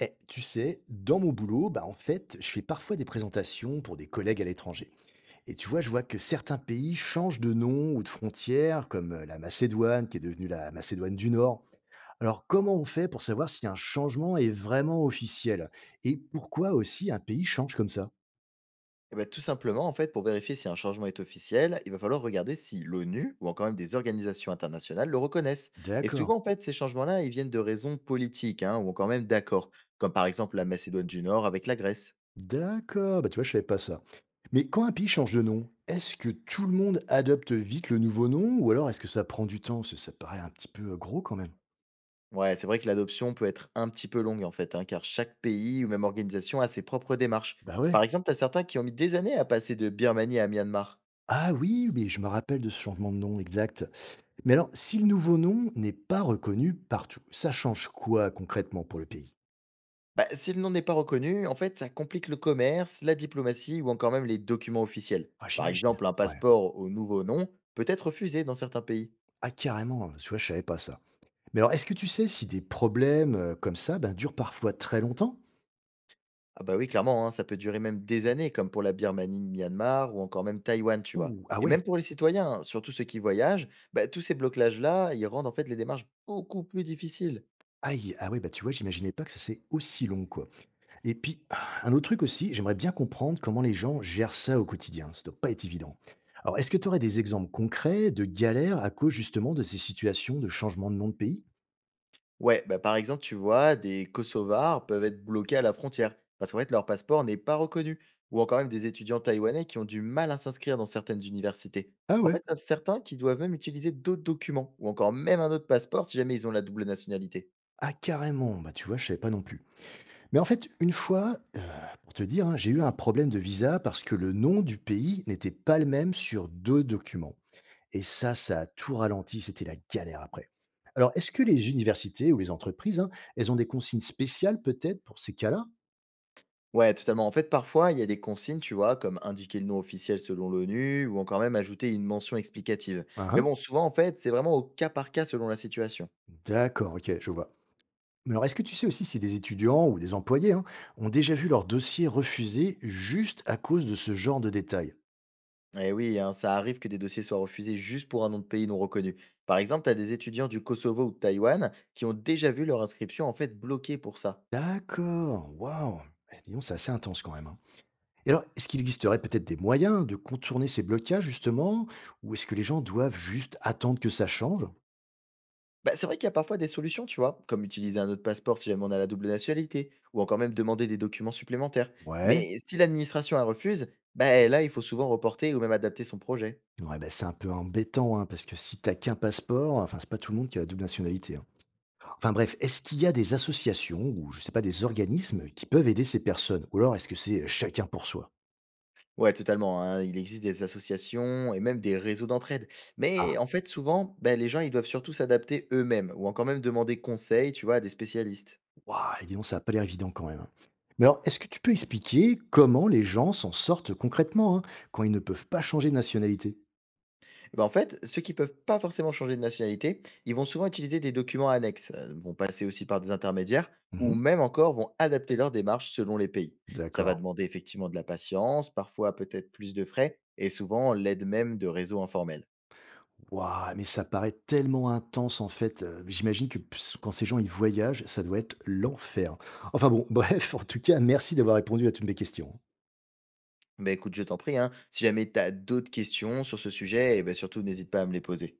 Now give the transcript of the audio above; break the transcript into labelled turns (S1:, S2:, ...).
S1: Eh, tu sais, dans mon boulot, bah en fait, je fais parfois des présentations pour des collègues à l'étranger. Et tu vois, je vois que certains pays changent de nom ou de frontière, comme la Macédoine, qui est devenue la Macédoine du Nord. Alors, comment on fait pour savoir si un changement est vraiment officiel? Et pourquoi aussi un pays change comme ça?
S2: Eh ben, tout simplement, en fait, pour vérifier si un changement est officiel, il va falloir regarder si l'ONU ou encore même des organisations internationales le reconnaissent. Et
S1: D'accord,
S2: souvent, en fait, ces changements-là, ils viennent de raisons politiques hein, ou encore même d'accords, comme par exemple la Macédoine du Nord avec la Grèce.
S1: d'accord, bah tu vois, je savais pas ça. Mais quand un pays change de nom, est-ce que tout le monde adopte vite le nouveau nom, ou alors est-ce que ça prend du temps? Parce que ça paraît un petit peu gros quand même.
S2: Ouais, c'est vrai que l'adoption peut être un petit peu longue, en fait, hein, car chaque pays ou même organisation a ses propres démarches.
S1: Bah
S2: Par
S1: ouais.
S2: exemple, tu as certains qui ont mis des années à passer de Birmanie à Myanmar.
S1: Ah oui, mais je me rappelle de ce changement de nom, exact. Mais alors, si le nouveau nom n'est pas reconnu partout, ça change quoi concrètement pour le pays?
S2: Bah, si le nom n'est pas reconnu, en fait, ça complique le commerce, la diplomatie ou encore même les documents officiels.
S1: Ah,
S2: Par
S1: j'imagine.
S2: exemple, un
S1: Ouais.
S2: passeport au nouveau nom peut être refusé dans certains pays.
S1: Ah, carrément, tu vois, je savais pas ça. Mais alors, est-ce que tu sais si des problèmes comme ça ben, durent parfois très longtemps?
S2: Ah bah oui, clairement, hein, ça peut durer même des années, comme pour la Birmanie, le Myanmar ou encore même Taïwan, tu vois.
S1: Ouh, ah
S2: Et
S1: ouais,
S2: même pour les citoyens, hein, surtout ceux qui voyagent, bah, tous ces blocages-là, ils rendent en fait les démarches beaucoup plus difficiles.
S1: aïe, ah ouais, bah tu vois, j'imaginais pas que ça c'est aussi long, quoi. Et puis, un autre truc aussi, j'aimerais bien comprendre comment les gens gèrent ça au quotidien. Ça doit pas être évident. Alors, est-ce que tu aurais des exemples concrets de galères à cause justement de ces situations de changement de nom de pays?
S2: Ouais, bah, par exemple, tu vois, des Kosovars peuvent être bloqués à la frontière parce qu'en fait, leur passeport n'est pas reconnu. Ou encore même des étudiants taïwanais qui ont du mal à s'inscrire dans certaines universités.
S1: Ah
S2: En
S1: ouais?
S2: fait, t'as certains qui doivent même utiliser d'autres documents ou encore même un autre passeport si jamais ils ont la double nationalité.
S1: Ah carrément! Bah, tu vois, je savais pas non plus. Mais en fait, une fois, pour te dire, hein, j'ai eu un problème de visa parce que le nom du pays n'était pas le même sur 2 documents et ça a tout ralenti, c'était la galère après. Alors, est-ce que les universités ou les entreprises, hein, elles ont des consignes spéciales peut-être pour ces cas-là?
S2: Ouais, totalement. En fait, parfois, il y a des consignes, tu vois, comme indiquer le nom officiel selon l'ONU ou encore même ajouter une mention explicative.
S1: Hein,
S2: Mais
S1: hein.
S2: bon, souvent, en fait, c'est vraiment au cas par cas selon la situation.
S1: D'accord, OK, je vois. Mais alors, est-ce que tu sais aussi si des étudiants ou des employés, hein, ont déjà vu leur dossier refusé juste à cause de ce genre de détails?
S2: Eh oui, hein, ça arrive que des dossiers soient refusés juste pour un nom de pays non reconnu. Par exemple, tu as des étudiants du Kosovo ou de Taïwan qui ont déjà vu leur inscription en fait bloquée pour ça.
S1: D'accord, waouh! Eh, dis donc, c'est assez intense quand même, hein. Et alors, est-ce qu'il existerait peut-être des moyens de contourner ces blocages justement? Ou est-ce que les gens doivent juste attendre que ça change?
S2: Bah, c'est vrai qu'il y a parfois des solutions, tu vois, comme utiliser un autre passeport si jamais on a la double nationalité, ou encore même demander des documents supplémentaires.
S1: Ouais,
S2: Mais si l'administration elle refuse, bah là, il faut souvent reporter ou même adapter son projet.
S1: ouais, bah, c'est un peu embêtant, hein, parce que si t'as qu'un passeport, enfin, c'est pas tout le monde qui a la double nationalité, hein. Enfin bref, est-ce qu'il y a des associations ou je sais pas, des organismes qui peuvent aider ces personnes? Ou alors est-ce que c'est chacun pour soi?
S2: Ouais, totalement, hein. Il existe des associations et même des réseaux d'entraide. Mais en fait, souvent, bah, les gens, ils doivent surtout s'adapter eux-mêmes, ou encore même demander conseil, tu vois, à des spécialistes.
S1: Waouh, et dis donc, ça a pas l'air évident quand même, hein. Mais alors, est-ce que tu peux expliquer comment les gens s'en sortent concrètement, hein, quand ils ne peuvent pas changer de nationalité?
S2: Bah, en fait, ceux qui peuvent pas forcément changer de nationalité, ils vont souvent utiliser des documents annexes, vont passer aussi par des intermédiaires ou
S1: Mhm.
S2: même encore vont adapter leur démarche selon les pays. Ça
S1: D'accord.
S2: va demander effectivement de la patience, parfois peut-être plus de frais et souvent l'aide même de réseaux informels.
S1: Waouh, mais ça paraît tellement intense en fait. J'imagine que quand ces gens ils voyagent, ça doit être l'enfer. Enfin bon, bref, en tout cas, merci d'avoir répondu à toutes mes questions.
S2: Bah écoute, je t'en prie, hein, si jamais tu as d'autres questions sur ce sujet, et ben surtout n'hésite pas à me les poser.